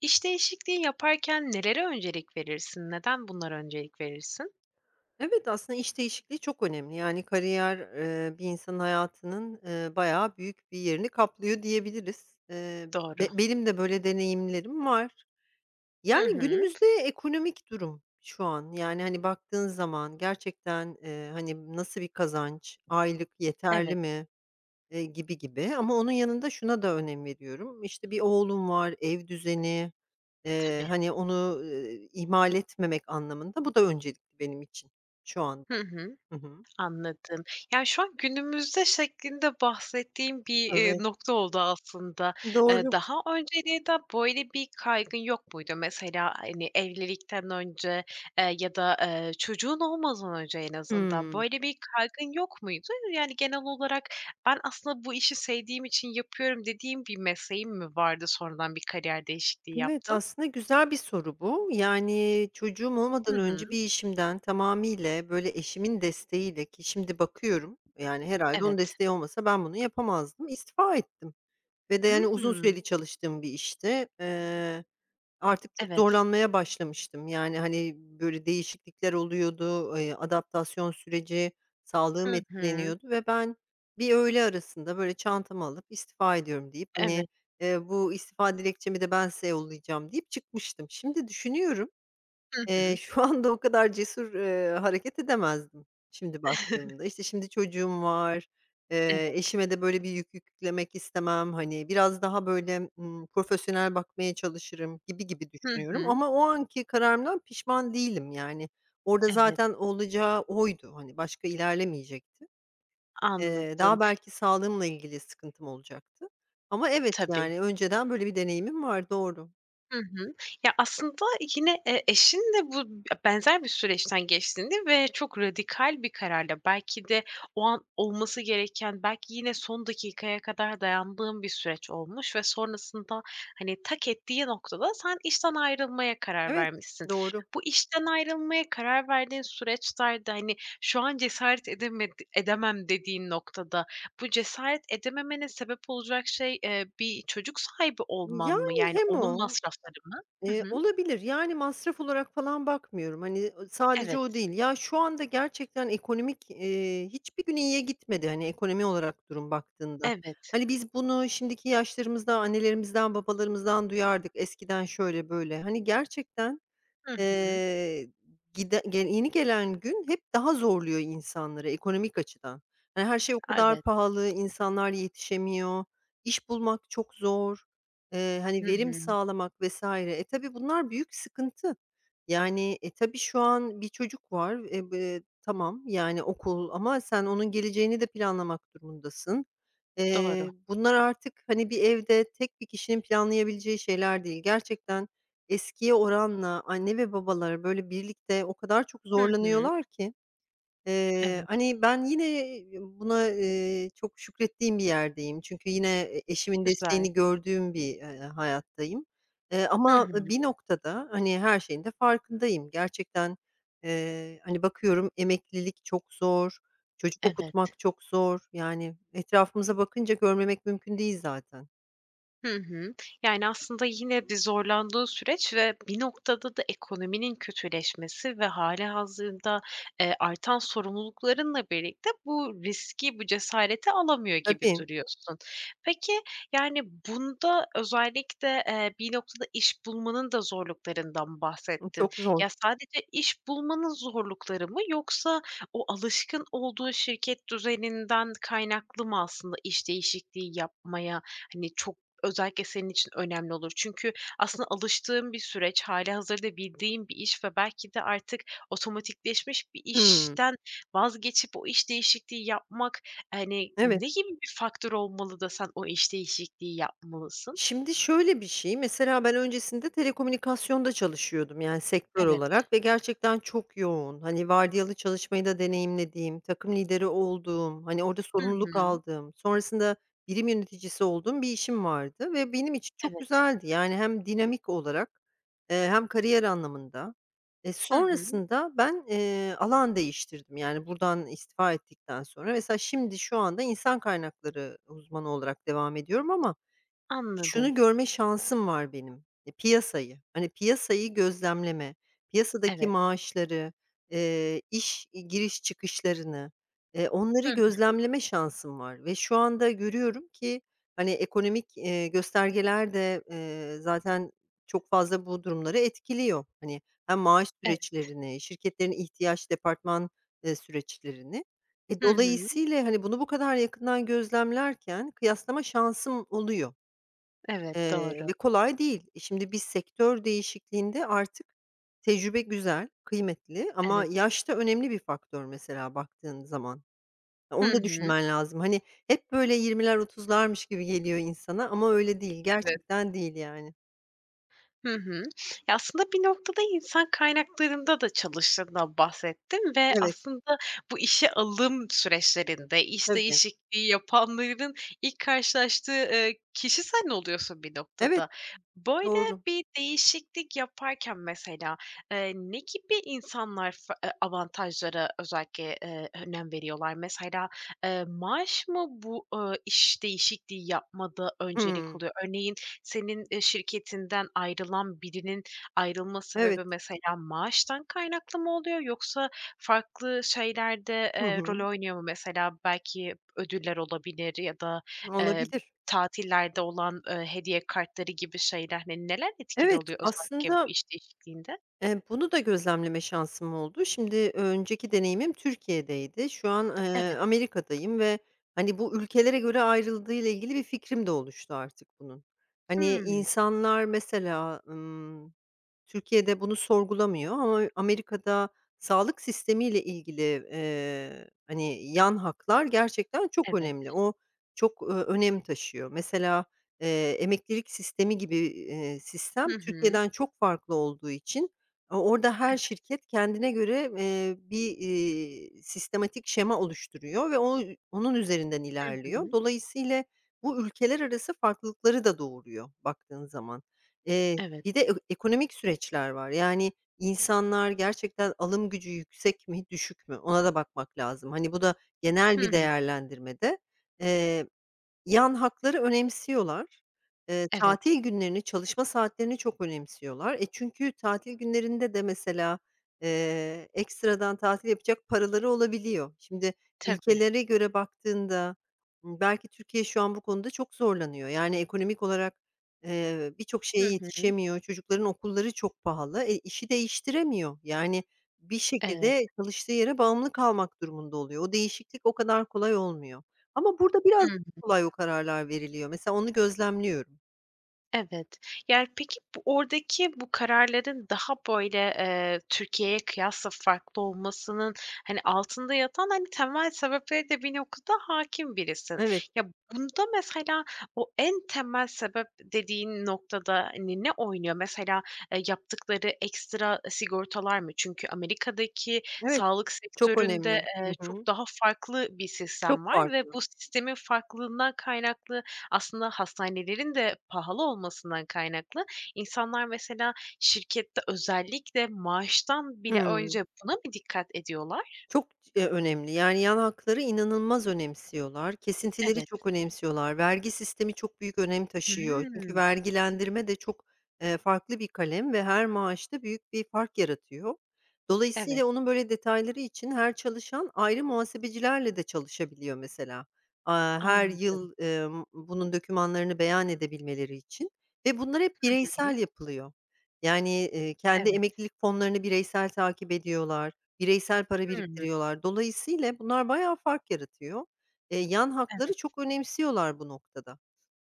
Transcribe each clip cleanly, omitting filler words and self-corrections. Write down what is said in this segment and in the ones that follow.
İş değişikliği yaparken nelere öncelik verirsin? Neden bunlara öncelik verirsin? Evet, aslında iş değişikliği çok önemli. Yani kariyer, bir insanın hayatının, bayağı büyük bir yerini kaplıyor diyebiliriz. Doğru. Be benim de böyle deneyimlerim var. Hı Yani hı. günümüzde ekonomik durum şu an, yani, hani, baktığın zaman gerçekten, hani, nasıl bir kazanç, aylık yeterli Evet, mi, gibi gibi ama onun yanında şuna da önem veriyorum. İşte, bir oğlum var, ev düzeni, tabii. hani, onu, ihmal etmemek anlamında bu da öncelikli benim için şu anda. Hı hı. Hı hı. Anladım. Yani, şu an günümüzde şeklinde bahsettiğim bir, Evet, nokta oldu aslında. Doğru. Daha önceliğe de böyle bir kaygın yok muydu? Mesela, hani, evlilikten önce, ya da, çocuğun olmadan önce en azından Hımm. böyle bir kaygın yok muydu? Yani, genel olarak ben aslında bu işi sevdiğim için yapıyorum dediğim bir mesleğin mi vardı, sonradan bir kariyer değişikliği Evet, yaptın? aslında güzel bir soru bu. Yani, çocuğum Hı olmadan hı. önce bir işimden tamamıyla, böyle, eşimin desteğiyle ki şimdi bakıyorum, yani, herhâlde onun Evet. desteği olmasa ben bunu yapamazdım. İstifa ettim ve de, I yani, uzun hı. süreli çalıştığım bir işti. Artık çok Evet. zorlanmaya başlamıştım. Yani, hani, böyle değişiklikler oluyordu, adaptasyon süreci, Hı sağlığım hı. etkileniyordu ve ben bir öğle arasında, böyle, çantamı alıp istifa ediyorum deyip, hani, Evet. Bu istifa dilekçemi de ben size yollayacağım deyip çıkmıştım. Şimdi düşünüyorum. Hı hı. Şu anda o kadar cesur, hareket edemezdim şimdi baktığımda. İşte, şimdi çocuğum var, Evet. eşime de böyle bir yük yüklemek istemem. Hani, biraz daha böyle, profesyonel bakmaya çalışırım gibi gibi Hı düşünüyorum hı. ama o anki kararımdan pişman değilim, yani. Orada Evet, zaten olacağı oydu, hani, başka ilerlemeyecekti. Anladım. Daha belki sağlığımla ilgili sıkıntım olacaktı ama evet, Tabii. yani, önceden böyle bir deneyimim var, doğru. Hı hı. Ya, aslında yine, eşin de bu benzer bir süreçten geçtiğini ve çok radikal bir kararla belki de o an olması gereken, belki yine son dakikaya kadar dayandığın bir süreç olmuş ve sonrasında, hani, tak ettiği noktada sen işten ayrılmaya karar Evet, vermişsin. doğru. Bu işten ayrılmaya karar verdiğin süreçlerde, hani, şu an cesaret edemem dediğin noktada bu cesaret edememene sebep olacak şey, bir çocuk sahibi olman mı? Yani Yani hem onun o. masrafları mı? Hı hı. Olabilir. Yani masraf olarak falan bakmıyorum. Hani, sadece o Evet, değil. Ya, şu anda gerçekten ekonomik, hiçbir gün iyiye gitmedi, hani, ekonomi olarak durum baktığında. evet. Hani, biz bunu şimdiki yaşlarımızda annelerimizden, babalarımızdan duyardık. Eskiden şöyle böyle. Hani, gerçekten. Hı hı. Eee, gide ge Yeni gelen gün hep daha zorluyor insanları ekonomik açıdan. Hani, her şey o A, kadar evet. pahalı, insanlar yetişemiyor, iş bulmak çok zor, Hı hani, verim hı. sağlamak vesaire. Tabii bunlar büyük sıkıntı. Yani, tabii şu an bir çocuk var, e, b tamam, yani, okul ama sen onun geleceğini de planlamak durumundasın. Doğru. Bunlar artık, hani, bir evde tek bir kişinin planlayabileceği şeyler değil. Gerçekten. Eskiye oranla anne ve babalar, böyle, birlikte o kadar çok Hı hı. zorlanıyorlar ki, Evet. hani, ben yine buna, çok şükrettiğim bir yerdeyim. Çünkü yine eşimin Güzel. desteğini gördüğüm bir, hayattayım. Hı Ama hı. bir noktada, hani, her şeyin de farkındayım. Gerçekten, hani, bakıyorum emeklilik çok zor, çocuk Evet. okutmak çok zor. Yani, etrafımıza bakınca görmemek mümkün değil zaten. Hı hı. Yani, aslında yine bir zorlandığı süreç ve bir noktada da ekonominin kötüleşmesi ve hâlihazırda, artan sorumluluklarınla birlikte bu riski, bu cesareti alamıyor gibi Tabii, duruyorsun. Peki, yani, bunda özellikle, bir noktada iş bulmanın da zorluklarından bahsettin. çok zor. Ya, sadece iş bulmanın zorlukları mı yoksa o alışkın olduğu şirket düzeninden kaynaklı mı aslında iş değişikliği yapmaya, hani, çok özellikle senin için önemli olur. Çünkü aslında alıştığın bir süreç, hâlihazırda bildiğin bir iş ve belki de artık otomatikleşmiş bir Hımm. işten vazgeçip o iş değişikliği yapmak, hani, Evet. ne gibi bir faktör olmalı da sen o iş değişikliği yapmalısın? Şimdi şöyle bir şey, mesela ben öncesinde telekomünikasyonda çalışıyordum, yani, sektör Evet. olarak ve gerçekten çok yoğun. Hani, vardiyalı çalışmayı da deneyimlediğim, takım lideri olduğum, hani, orada Hı sorumluluk hı. aldığım, sonrasında birim yöneticisi olduğum bir işim vardı ve benim için çok Evet. güzeldi. Yani, hem dinamik olarak, hem kariyer anlamında. Hı hı. Sonrasında ben, alan değiştirdim, yani, buradan istifa ettikten sonra. Mesela şimdi şu anda insan kaynakları uzmanı olarak devam ediyorum ama Anladım. şunu görme şansım var benim, piyasayı, hani, piyasayı gözlemleme, piyasadaki Evet. maaşları, iş giriş çıkışlarını, onları Hı. gözlemleme şansım var ve şu anda görüyorum ki, hani, ekonomik, göstergeler de, zaten çok fazla bu durumları etkiliyor. Hani, hem maaş Evet. süreçlerini, şirketlerin ihtiyaç departman, süreçlerini. Hı hı. Dolayısıyla, hani, bunu bu kadar yakından gözlemlerken kıyaslama şansım oluyor. Evet, doğru. Ve kolay değil. Şimdi bir sektör değişikliğinde artık tecrübe güzel, kıymetli ama Evet. yaş da önemli bir faktör mesela baktığın zaman. Ya, Hı onu da hı. düşünmen lazım. Hani, hep böyle 20'ler 30'larmış gibi geliyor insana ama öyle değil. Evet. Gerçekten değil yani. Hı hı. Ya, aslında bir noktada insan kaynaklarında da çalıştığından bahsettin ve Evet, aslında bu işe alım süreçlerinde, iş tabii. değişikliği yapanların ilk karşılaştığı, kişi sen oluyorsun bir Evet, noktada. Böyle doğru. bir değişiklik yaparken mesela, ne gibi insanlar fa avantajlara özellikle, önem veriyorlar? Mesela, maaş mı bu, iş değişikliği yapmada öncelik Hımm. oluyor? Örneğin senin, şirketinden ayrılan birinin ayrılma Evet. sebebi mesela maaştan kaynaklı mı oluyor yoksa farklı şeylerde, Hı hı. rol oynuyor mu? Mesela belki ödüller olabilir ya da, eee, Olabilir. tatillerde olan, hediye kartları gibi şeyler. Hani, neler etkili Evet, oluyor özellikle bu aslında. iş değişikliğinde? Bunu da gözlemleme şansım oldu. Şimdi önceki deneyimim Türkiye'deydi. Şu an, Evet. Amerika'dayım ve, hani, bu ülkelere göre ayrıldığıyla ilgili bir fikrim de oluştu artık bunun. Hani, Hımm. insanlar mesela, Türkiye'de bunu sorgulamıyor ama Amerika'da sağlık sistemiyle ilgili, hani, yan haklar gerçekten çok Evet. önemli. O çok, önem taşıyor. Mesela, emeklilik sistemi gibi, sistem Hı hı. Türkiye'den çok farklı olduğu için, orada her şirket kendine göre, bir, sistematik şema oluşturuyor ve onun üzerinden Hı ilerliyor. hı. Dolayısıyla bu ülkeler arası farklılıkları da doğuruyor baktığın zaman. Eee Evet. Bir de ek ekonomik süreçler var. Yani insanlar gerçekten alım gücü yüksek mi, düşük mü? Ona da bakmak lazım. Hani, bu da Hı genel bir hı. değerlendirmede. Yan hakları önemsiyorlar. Evet. Tatil günlerini, çalışma saatlerini çok önemsiyorlar. Çünkü tatil günlerinde de mesela, ekstradan tatil yapacak paraları olabiliyor. Şimdi Tabii. ülkelere göre baktığında, belki Türkiye şu an bu konuda çok zorlanıyor. Yani ekonomik olarak, birçok şeye Hı hı. yetişemiyor. Çocukların okulları çok pahalı. İşi değiştiremiyor. Yani bir Evet. şekilde çalıştığı yere bağımlı kalmak durumunda oluyor. O değişiklik o kadar kolay olmuyor. Ama burada biraz Hıı. kolay o kararlar veriliyor. Mesela onu gözlemliyorum. Evet. Yani, peki, bu oradaki bu kararların daha, böyle, Türkiye'ye kıyasla farklı olmasının, hani, altında yatan, hani, temel sebeplere de bir noktada hâkim birisin. Evet, Ya, bunda mesela o en temel sebep dediğin noktada, hani, ne oynuyor? Mesela, yaptıkları ekstra sigortalar mı? Çünkü Amerika'daki evet. sağlık Çok sektöründe, önemli. Hı çok hı. daha farklı bir Çok sistem var ve farklı. bu sistemin farklılığından kaynaklı aslında hastanelerin de pahalı olmasından kaynaklı insanlar mesela şirkette özellikle maaştan bile Hıı. önce buna mı dikkat ediyorlar? Çok, önemli. Yani, yan hakları inanılmaz önemsiyorlar. Kesintileri Evet. çok önemsiyorlar. Vergi sistemi çok büyük önem taşıyor. Çünkü Hımm. vergilendirme de çok, farklı bir kalem ve her maaşta büyük bir fark yaratıyor. Evet, Dolayısıyla onun böyle detayları için her çalışan ayrı muhasebecilerle de çalışabiliyor mesela. Her anladım. yıl, bunun dokümanlarını beyan edebilmeleri için ve bunlar hep Hı hı. bireysel yapılıyor. Yani, kendi Evet. emeklilik fonlarını bireysel takip ediyorlar. Bireysel para Hı hı. biriktiriyorlar. Dolayısıyla bunlar bayağı fark yaratıyor. Yan hakları Evet. çok önemsiyorlar bu noktada.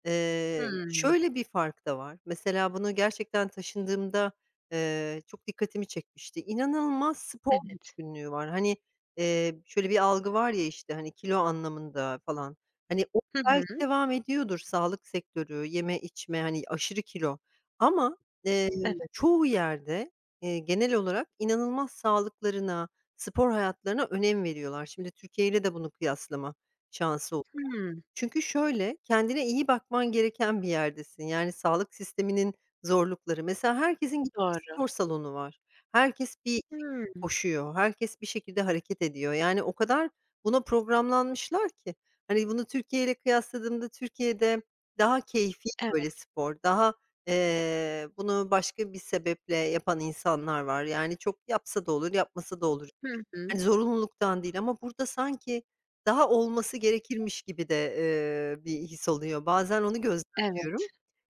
Hımm. Şöyle bir fark da var. Mesela bunu gerçekten taşındığımda, çok dikkatimi çekmişti. İnanılmaz spor Evet. düşkünlüğü var. Hani, şöyle bir algı var ya, işte, hani, kilo anlamında falan. Hani, o Hı belki hı. devam ediyordur sağlık sektörü, yeme içme, hani, aşırı kilo ama, eee, Evet. çoğu yerde, genel olarak inanılmaz sağlıklarına, spor hayatlarına önem veriyorlar. Şimdi Türkiye ile de bunu kıyaslama şansı Hımm. çünkü şöyle, kendine iyi bakman gereken bir yerdesin. Yani, sağlık sisteminin zorlukları. Mesela herkesin gittiği bir Doğru. spor salonu var. Herkes bir şekilde Hımm. koşuyor. Herkes bir şekilde hareket ediyor. Yani, o kadar buna programlanmışlar ki. Hani, bunu Türkiye ile kıyasladığımda Türkiye'de daha keyfî, böyle, Evet. spor, daha, bunu başka bir sebeple yapan insanlar var. Yani, çok yapsa da olur, yapmasa da olur. Hı hı. Hani, zorunluluktan değil ama burada sanki daha olması gerekirmiş gibi de, bir his oluyor. Bazen onu Evet. gözlemliyorum.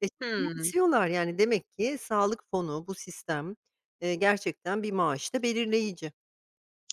Çok Hımm. önemsiyorlar, yani, demek ki sağlık fonu, bu sistem, gerçekten bir maaşta belirleyici.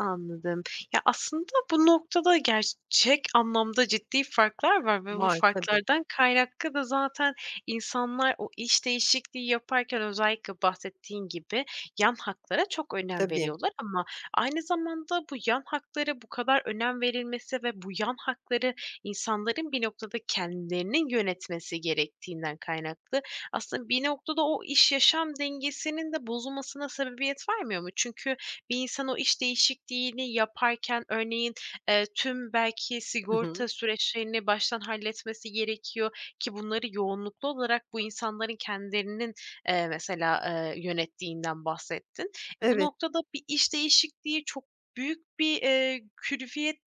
Anladım. Ya, aslında bu noktada gerçek anlamda ciddi farklar var ve bu Var tabii, farklardan kaynaklı da zaten insanlar o iş değişikliği yaparken özellikle bahsettiğin gibi yan haklara çok önem tabii. veriyorlar ama aynı zamanda bu yan haklara bu kadar önem verilmesi ve bu yan hakları insanların bir noktada kendilerinin yönetmesi gerektiğinden kaynaklı aslında bir noktada o iş yaşam dengesinin de bozulmasına sebebiyet vermiyor mu? Çünkü bir insan o iş değişikliğini yaparken örneğin, tüm belki Hı sigorta hı. süreçlerini baştan halletmesi gerekiyor ki bunları yoğunluklu olarak bu insanların kendilerinin, yönettiğinden bahsettin. E, bu Evet. noktada bir iş değişikliği çok büyük bir, külfiyete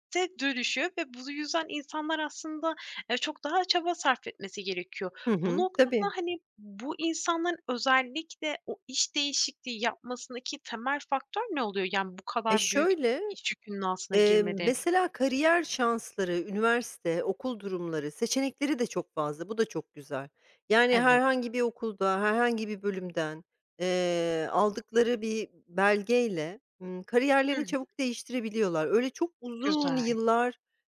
dönüşüyor ve bu yüzden insanlar aslında, çok daha çaba sarf etmesi gerekiyor. Hı Bu hı. nok Tabii. Ama, hani, bu insanların özellikle o iş değişikliği yapmasındaki temel faktör ne oluyor? Yani, bu E, kadar büyük şöyle iş yükünün altına girmelerinin mesela kariyer şansları, üniversite, okul durumları, seçenekleri de çok fazla. Bu da çok güzel. Yani Evet. herhangi bir okulda, herhangi bir bölümden, aldıkları bir belgeyle, Hı kariyerlerini hı. çabuk değiştirebiliyorlar. Öyle çok uzun Güzel. yıllar,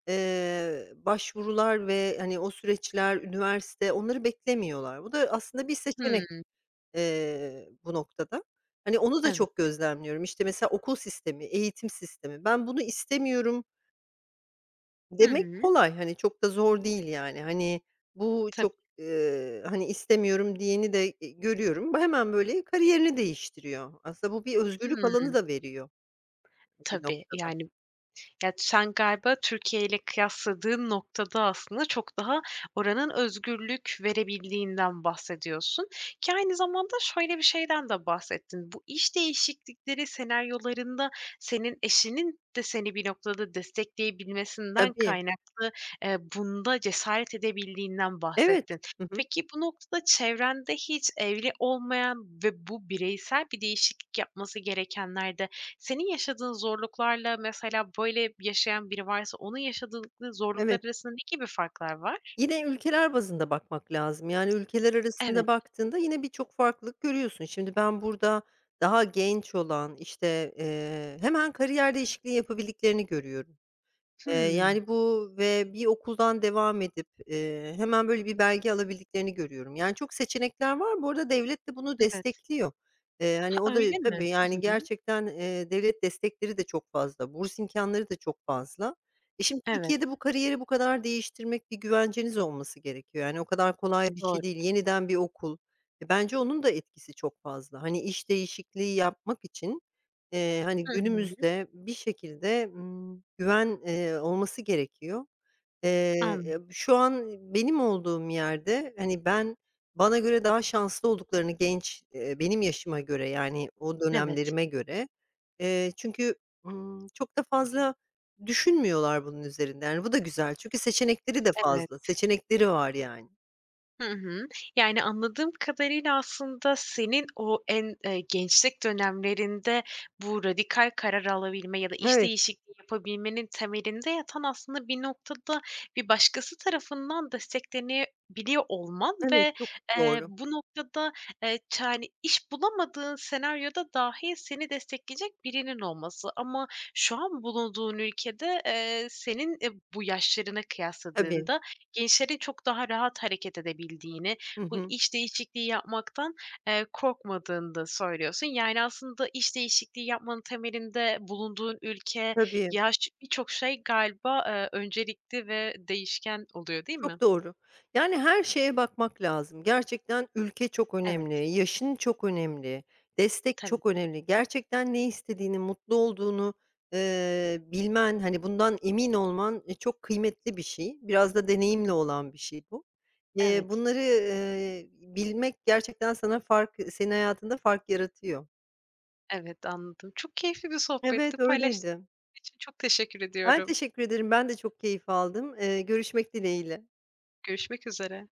başvurular ve, hani, o süreçler, üniversite, onları beklemiyorlar. Bu da aslında bir seçenek. Hımm. Bu noktada. Hani, onu da çok Evet. gözlemliyorum. İşte, mesela okul sistemi, eğitim sistemi. Ben bunu istemiyorum Hı demek hı. kolay. Hani, çok da zor değil, yani. Hani, bu Tabii. çok, hani, istemiyorum diyeni de, görüyorum. Bu hemen, böyle, kariyerini değiştiriyor. Aslında bu bir özgürlük Hımm. alanı da veriyor bir Tabii, noktada. yani ya, sen galiba Türkiye ile kıyasladığın noktada aslında çok daha oranın özgürlük verebildiğinden bahsediyorsun ki aynı zamanda şöyle bir şeyden de bahsettin. Bu iş değişiklikleri senaryolarında senin eşinin de seni bir noktada destekleyebilmesinden Tabii. kaynaklı, bunda cesaret edebildiğinden Evet. bahsettin. Hı hı. Peki bu noktada çevrende hiç evli olmayan ve bu bireysel bir değişiklik yapması gerekenlerde senin yaşadığın zorluklarla mesela böyle yaşayan biri varsa onun yaşadığı zorluklar Evet. arasında ne gibi farklar var? Yine ülkeler bazında bakmak lazım. Yani ülkeler Evet. arasında baktığında yine birçok farklılık görüyorsun. Şimdi ben burada daha genç olan, işte, hemen kariyer değişikliği yapabildiklerini görüyorum. Hımm. Yani, bu ve bir okuldan devam edip, hemen böyle bir belge alabildiklerini görüyorum. Yani, çok seçenekler var. Bu arada devlet de bunu Evet. destekliyor. Hani, Ha, o da öyle mi? tabii, Hı yani, hı. gerçekten, devlet destekleri de çok fazla, burs imkânları da çok fazla. Şimdi Evet, Türkiye'de bu kariyeri bu kadar değiştirmek bir güvenceniz olması gerekiyor. Yani, o kadar kolay bir doğru. şey değil. Yeniden bir okul. Bence onun da etkisi çok fazla. Hani, iş değişikliği yapmak için hani, Hı hı. günümüzde bir şekilde, güven, olması gerekiyor. An Şu an benim olduğum yerde, hani, ben bana göre daha şanslı olduklarını genç, benim yaşıma göre, yani, o Evet, dönemlerime göre, çünkü, çok da fazla düşünmüyorlar bunun üzerinde. Yani, bu da güzel çünkü seçenekleri de evet. Evet. fazla. Seçenekleri var, yani. Hı hı. Yani, anladığım kadarıyla aslında senin o en, gençlik dönemlerinde bu radikal karar alabilme ya da iş Evet, değişikliği yapabilmenin temelinde yatan aslında bir noktada bir başkası tarafından desteklenebiliyor olman evet, ve, çok doğru. bu noktada, ç hani, iş bulamadığın senaryoda dahi seni destekleyecek birinin olması ama şu an bulunduğun ülkede, senin, bu yaşlarına Tabii. kıyasladığında gençlerin çok daha rahat hareket edebildiğini, Hı bu hı. iş değişikliği yapmaktan, korkmadığını da söylüyorsun. Yani aslında iş değişikliği yapmanın temelinde bulunduğun ülke, Tabii. yaş, birçok şey galiba, öncelikli ve değişken oluyor, değil mi? Çok doğru. Yani her şeye bakmak lazım. Gerçekten ülke çok önemli, Evet, yaşın çok önemli, destek tabii. çok önemli. Gerçekten ne istediğini, mutlu olduğunu, bilmen, hani, bundan emin olman, çok kıymetli bir şey. Biraz da Hı hı. deneyimle olan bir şey bu. Evet, Bunları, bilmek gerçekten sana fark senin hayatında fark yaratıyor. evet anladım. Çok keyifli bir sohbetti. Evet, Paylaştığın öyleydi. için çok teşekkür Ben ediyorum. teşekkür ederim. Ben de çok keyif aldım. Görüşmek dileğiyle. Görüşmek üzere.